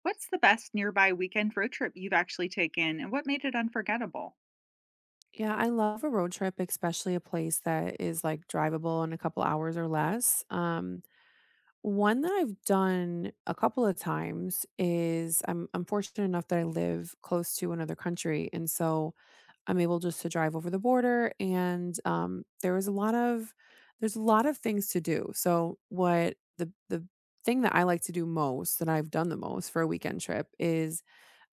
What's the best nearby weekend road trip you've actually taken, and what made it unforgettable? Yeah, I love a road trip, especially a place that is like drivable in a couple hours or less. One that I've done a couple of times is I'm fortunate enough that I live close to another country, and so I'm able just to drive over the border. And there's a lot of things to do. So what the thing that I like to do most, that I've done the most for a weekend trip, is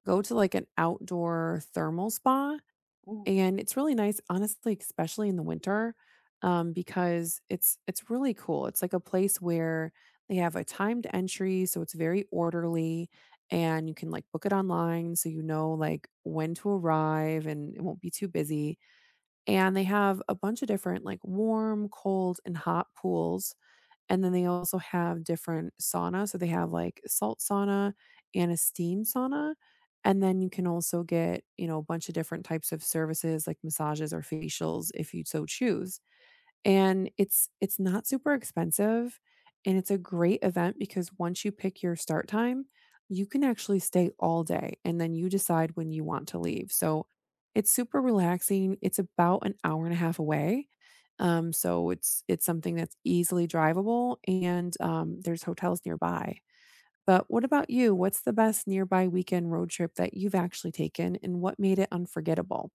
go to like an outdoor thermal spa, Ooh. and it's really nice, honestly, especially in the winter, because it's really cool. It's like a place where they have a timed entry, so it's very orderly, and you can like book it online, so you know like when to arrive, and it won't be too busy. And they have a bunch of different like warm, cold, and hot pools, and then they also have different saunas, so they have, like, salt sauna and a steam sauna, and then you can also get, you know, a bunch of different types of services like massages or facials if you so choose. And it's not super expensive, and it's a great event because once you pick your start time, you can actually stay all day, and then you decide when you want to leave. So, it's super relaxing. It's about an hour and a half away, so it's something that's easily drivable, and, there's hotels nearby. But what about you? What's the best nearby weekend road trip that you've actually taken, and what made it unforgettable?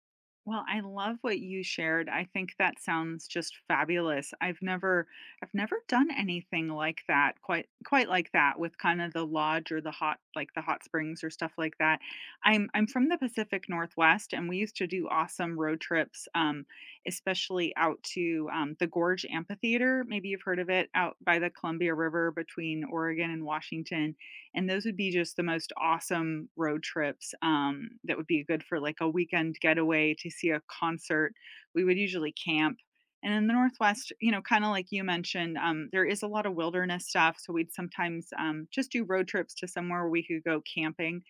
Well, I love what you shared. I think that sounds just fabulous. I've never done anything like that, quite like that with kind of the lodge or the hot like the hot springs or stuff like that. I'm from the Pacific Northwest and we used to do awesome road trips, especially out to the Gorge Amphitheater. Maybe you've heard of it out by the Columbia River between Oregon and Washington, and those would be just the most awesome road trips, that would be good for, like, a weekend getaway to see a concert. We would usually camp, and in the Northwest, you know, kinda like you mentioned, there is a lot of wilderness stuff, so we'd sometimes, just do road trips to somewhere where we could go camping.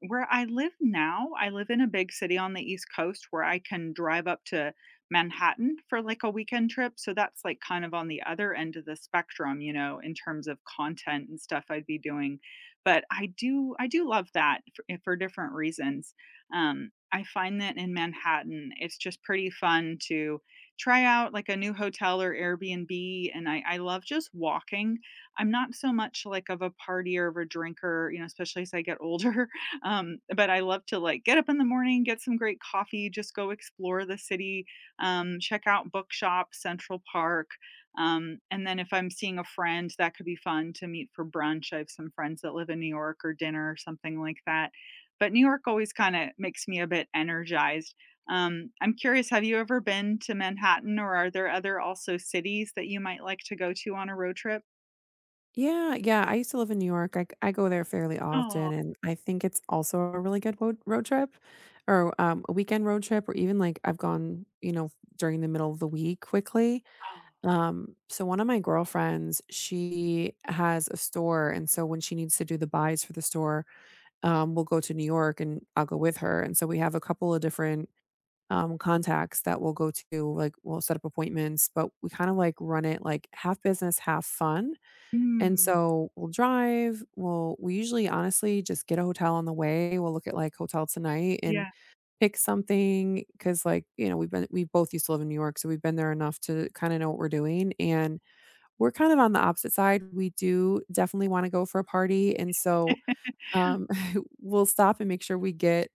Where I live now, I live in a big city on the East Coast where I can drive up to Manhattan for like a weekend trip. So that's like kind of on the other end of the spectrum, you know, in terms of content and stuff I'd be doing. But I do love that for, for different reasons. I find that in Manhattan, it's just pretty fun to try out like a new hotel or Airbnb. And I love just walking. I'm not so much like of a partier or a drinker, you know, especially as I get older. But I love to like get up in the morning, get some great coffee, just go explore the city, check out bookshops, Central Park. And then if I'm seeing a friend, that could be fun to meet for brunch. I have some friends that live in New York, or dinner or something like that. But New York always kind of makes me a bit energized. I'm curious, have you ever been to Manhattan, or are there other also cities that you might like to go to on a road trip? Yeah, yeah, I used to live in New York. I go there fairly Oh, often, and I think it's also a really good road trip, or, a weekend road trip, or even, like, I've gone, you know, during the middle of the week quickly. oh. So one of my girlfriends, she has a store, and so when she needs to do the buys for the store, we'll go to New York and I'll go with her, and so we have a couple of different, contacts that we'll go to, like, we'll set up appointments, but we kind of, like, run it, like, half business, half fun. And Mm, so we'll drive, we usually honestly just get a hotel on the way, we'll look at, like, Hotel Tonight and yeah. pick something because, like, you know, we both used to live in New York, so we've been there enough to kinda know what we're doing, and we're kind of on the opposite side. We do definitely wanna go for a party, and so um, we'll stop and make sure we get,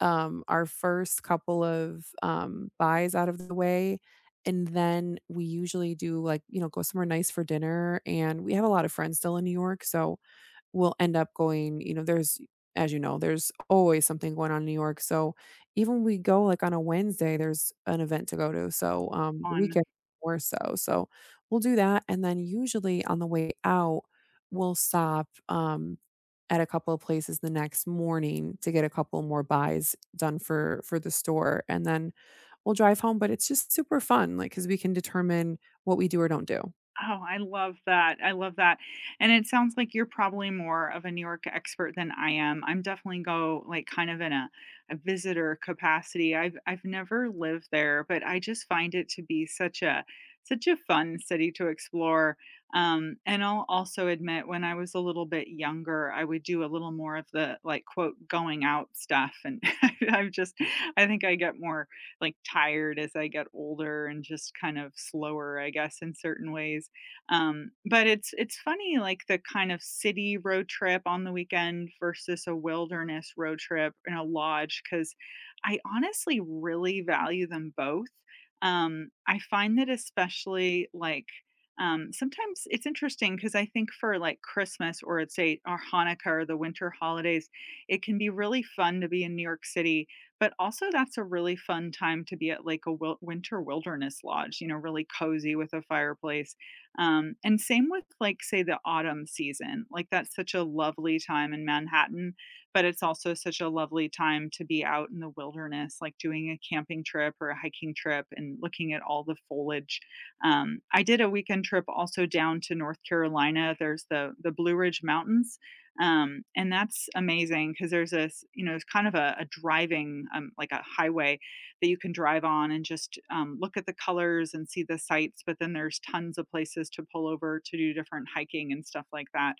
our first couple of, buys out of the way, and then we usually do, like, you know, go somewhere nice for dinner, and we have a lot of friends still in New York, so will end up going you know, there's as you know, there's always something going on in New York, so even when we go, like, on a Wednesday, there's an event to go to, so, the On. weekend more so, so we'll do that, and then usually on the way out, we'll stop, at a couple of places the next morning to get a couple more buys done for the store, and then we'll drive home, but it's just super fun, like because we can determine what we do or don't do. Oh, I love that. I love that. And it sounds like you're probably more of a New York expert than I am. I'm definitely go like kind of in a visitor capacity. I've never lived there, but I just find it to be such a such a fun city to explore. And I'll also admit when I was a little bit younger, I would do a little more of the like quote going out stuff. And I have just I think I get more like tired as I get older and just kind of slower, I guess, in certain ways. But it's funny, like, the kind of city road trip on the weekend versus a wilderness road trip in a lodge. Because I honestly really value them both. I find that especially, like, sometimes it's interesting because I think for, like, Christmas or it's a or Hanukkah or the winter holidays, it can be really fun to be in New York City, but also that's a really fun time to be at, like, a wil winter wilderness lodge, you know, really cozy with a fireplace. And same with, like, say, the autumn season. Like, that's such a lovely time in Manhattan, but it's also such a lovely time to be out in the wilderness, like doing a camping trip or a hiking trip and looking at all the foliage. I did a weekend trip also down to North Carolina. There's the Blue Ridge Mountains, and that's amazing because there's this, you know, it's kind of a driving, like a highway that you can drive on and just look at the colors and see the sights. But then there's tons of places to pull over to do different hiking and stuff like that.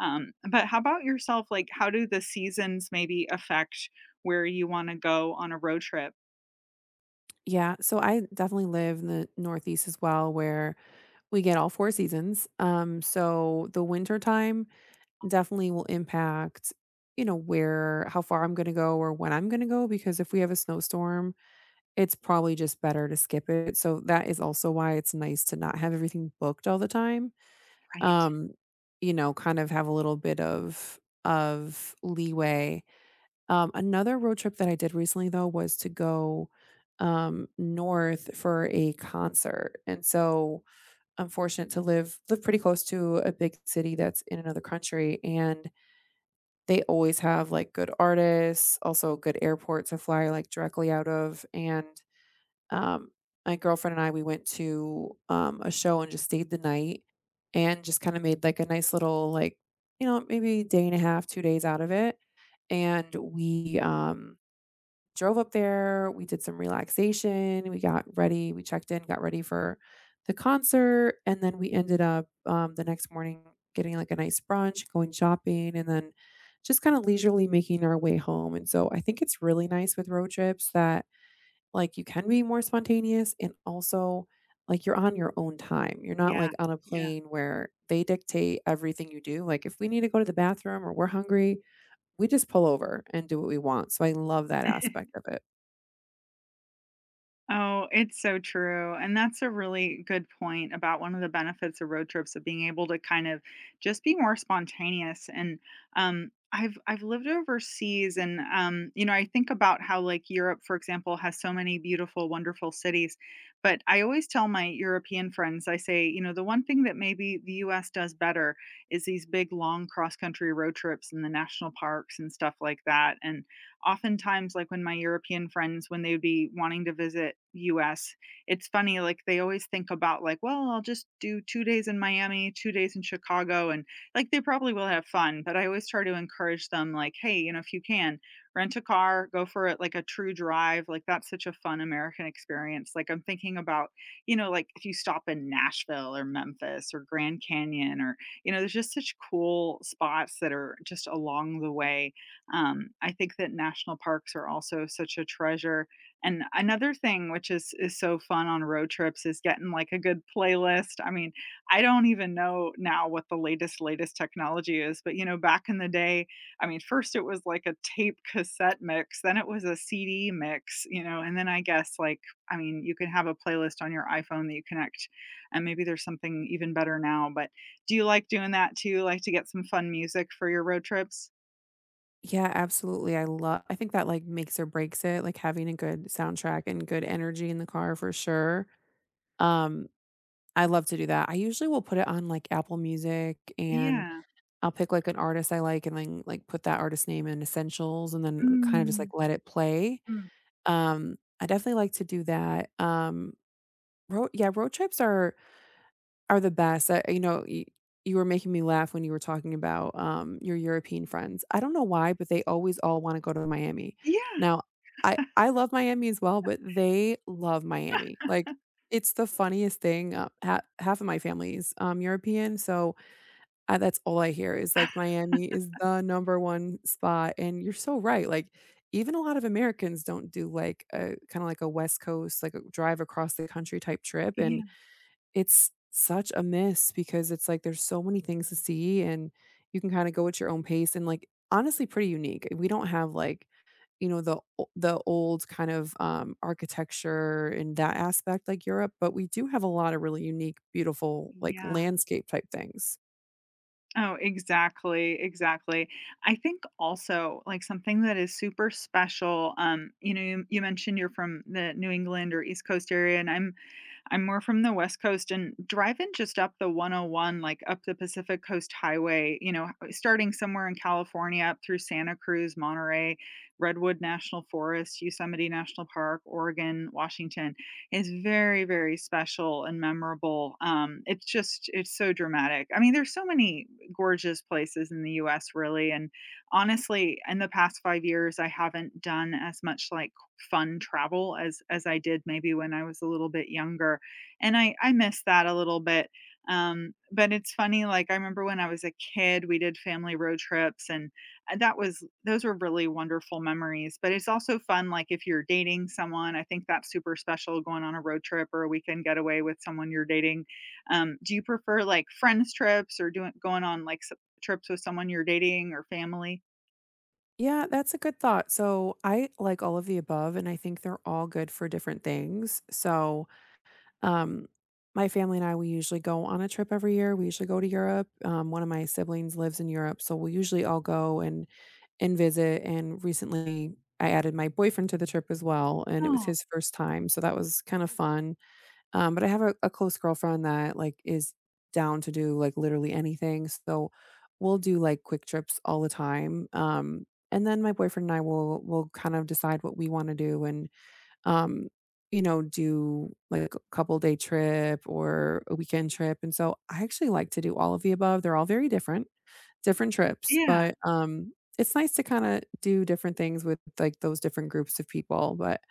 But how about yourself? Like, how do the seasons maybe affect where you want to go on a road trip? Yeah, so I definitely live in the Northeast as well, where we get all 4 seasons, so the winter time definitely will impact, you know, where how far I'm gonna go or when I'm gonna go, because if we have a snowstorm, it's probably just better to skip it, so that is also why it's nice to not have everything booked all the time, Right. um, you know, kind of have a little bit of leeway. Another road trip that I did recently, though, was to go, north for a concert, and so I'm fortunate to live pretty close to a big city that's in another country, and they always have, like, good artists, also good airport to fly, like, directly out of, and, um, my girlfriend and I, we went to, a show and just stayed the night and just kinda made, like, a nice little, like, you know, maybe day and a half, 2 days out of it, and drove up there, we did some relaxation, we got ready, we checked in, got ready for the concert, and then we ended up, the next morning getting, like, a nice brunch, going shopping, and then just kinda leisurely making our way home, and so I think it's really nice with road trips that, like, you can be more spontaneous, and also, like, you're on your own time. You're not, Yeah. like, on a Yeah. plane where they dictate everything you do, like, if we need to go to the bathroom or we're hungry, we just pull over and do what we want, so I love that aspect of it. Oh, it's so true. And that's a really good point about one of the benefits of road trips of being able to kind of just be more spontaneous. And I've lived overseas, and you know, I think about how like Europe, for example, has so many beautiful, wonderful cities. But I always tell my European friends, I say, you know, the one thing that maybe the U.S. does better is these big, long cross-country road trips in the national parks and stuff like that. And oftentimes like when my European friends when they would be wanting to visit US, it's funny, like they always think about like, well, I'll just do 2 days in Miami, 2 days in Chicago, and like they probably will have fun, but I always try to encourage them like, "Hey, you know, if you can, rent a car, go for it like a true drive." Like that's such a fun American experience. Like I'm thinking about, you know, like if you stop in Nashville or Memphis or Grand Canyon or, you know, there's just such cool spots that are just along the way. I think that national parks are also such a treasure. And another thing which is so fun on road trips is getting, like, a good playlist. I mean, I don't even know now what the latest, latest technology is, but, you know, back in the day, I mean, first it was like a tape cassette mix, then it was a CD mix, you know, and then I guess, like, I mean, you can have a playlist on your iPhone that you connect, and maybe there's something even better now, but do you like doing that too? Like to get some fun music for your road trips? Yeah, absolutely. I think that, like, makes or breaks it, like, having a good soundtrack and good energy in the car for sure. Um, I love to do that. I usually will put it on, like, Apple Music, and Yeah. I'll pick, like, an artist I like, and then, like, put that artist name in Essentials and then kinda just, like, Mm, let it play. mm. I definitely like to do that. Road trips are the best. I you know, y you were making me laugh when you were talking about, your European friends. I don't know why, but they always all wanna go to Miami. Yeah, Now, I love Miami as well, but they love Miami. Like, it's the funniest thing, ha half of my family's, European, so, that's all I hear is, like, Miami is the number 1 spot, and you're so right, like, even a lot of Americans don't do, like, a West Coast, like, a drive across the country type trip, yeah, and it's such a miss because it's like there's so many things to see, and you can kind of go at your own pace, and like honestly pretty unique. We don't have like, you know, the old kind of architecture in that aspect like Europe, but we do have a lot of really unique, beautiful like yeah. landscape type things. Oh, exactly, exactly. I think also like something that is super special, you know, you mentioned you're from the New England or East Coast area, and I'm more from the West Coast and driving just up the 101, like up the Pacific Coast Highway, you know, starting somewhere in California up through Santa Cruz, Monterey, Redwood National Forest, Yosemite National Park, Oregon, Washington is very, very special and memorable. It's just, it's so dramatic. I mean, there's so many gorgeous places in the US, really. And honestly, in the past 5 years, I haven't done as much like fun travel as I did maybe when I was a little bit younger, and I miss that a little bit, but it's funny, like, I remember when I was a kid, we did family road trips, and, that was those were really wonderful memories, but it's also fun, like, if you're dating someone, I think that's super special going on a road trip or a weekend getaway with someone you're dating. Do you prefer, like, friends trips or doing going on, like, s trips with someone you're dating or family? Yeah, that's a good thought. So I like all of the above and I think they're all good for different things. Um, my family and I, we usually go on a trip every year. We usually go to Europe. One of my siblings lives in Europe, so we usually all go and visit. And recently, I added my boyfriend to the trip as well, and it was Oh, his first time, so that was kind of fun. But I have a close girlfriend that like is down to do like literally anything, so we'll do like quick trips all the time. And then my boyfriend and I will kind of decide what we want to do, and um, you know, do like a couple day trip or a weekend trip, and so I actually like to do all of the above. They're all very different, different trips, yeah. but, it's nice to kinda do different things with, like, those different groups of people. But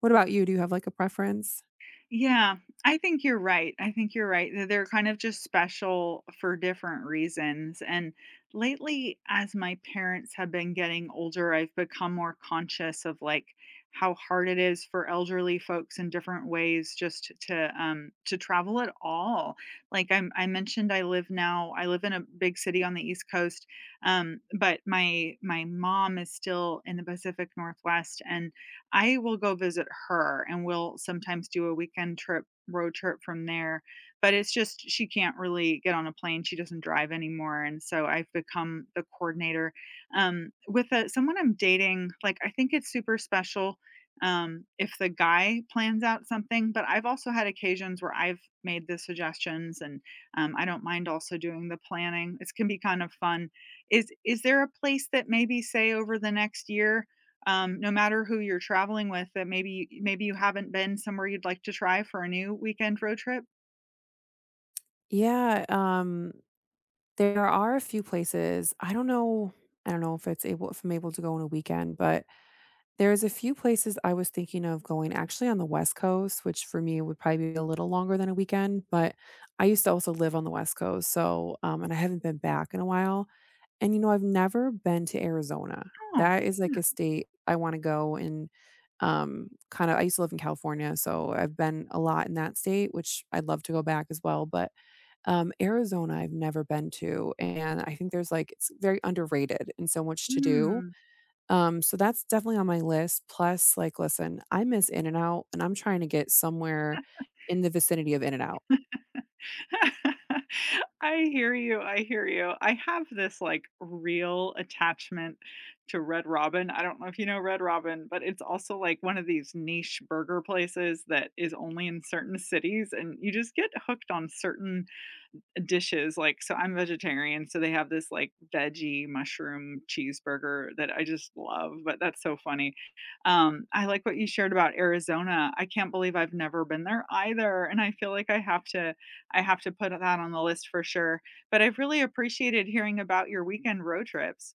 what about you? Do you have, like, a preference? Yeah, I think you're right. I think you're right. Th- They're kind of just special for different reasons. And lately, as my parents have been getting older, I've become more conscious of like how hard it is for elderly folks in different ways just to travel at all. Like I mentioned I live now, I live in a big city on the East Coast. But my mom is still in the Pacific Northwest, and I will go visit her, and we'll sometimes do a weekend trip road trip from there, but it's just she can't really get on a plane, she doesn't drive anymore, and so I've become the coordinator. With, someone I'm dating, like, I think it's super special, if the guy plans out something, but I've also had occasions where I've made the suggestions, and, I don't mind also doing the planning. It can be kind of fun. Is there a place that maybe, say, over the next year, no matter who you're traveling with, that maybe you haven't been somewhere you'd like to try for a new weekend road trip? Yeah, there are a few places. I don't know if it's able if I'm able to go on a weekend, but there's a few places I was thinking of going actually on the West Coast, which for me would probably be a little longer than a weekend, but I used to also live on the West Coast. So, and I haven't been back in a while. And, you know, I've never been to Arizona. Oh, That is like yeah. a state I want to go, and I used to live in California, so I've been a lot in that state, which I'd love to go back as well. But Arizona, I've never been to. And I think there's like, it's very underrated and so much to do, Mm. So that's definitely on my list. Plus, like, listen, I miss In and Out and I'm trying to get somewhere in the vicinity of In and Out. I hear you, I hear you. I have this, like, real attachment to Red Robin. I don't know if you know Red Robin, but it's also, like, one of these niche burger places that is only in certain cities, and you just get hooked on certain dishes, like, so I'm vegetarian, so they have this, like, veggie mushroom cheeseburger that I just love, but that's so funny. I like what you shared about Arizona. I can't believe I've never been there either, and I feel like I have to put that on the list for sure, but I've really appreciated hearing about your weekend road trips.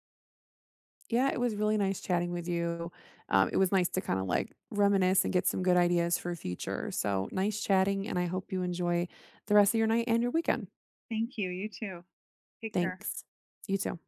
Yeah, it was really nice chatting with you. It was nice to kind of like reminisce and get some good ideas for future. So nice chatting, and I hope you enjoy the rest of your night and your weekend. Thank you, you too. Take care. Thanks. You too.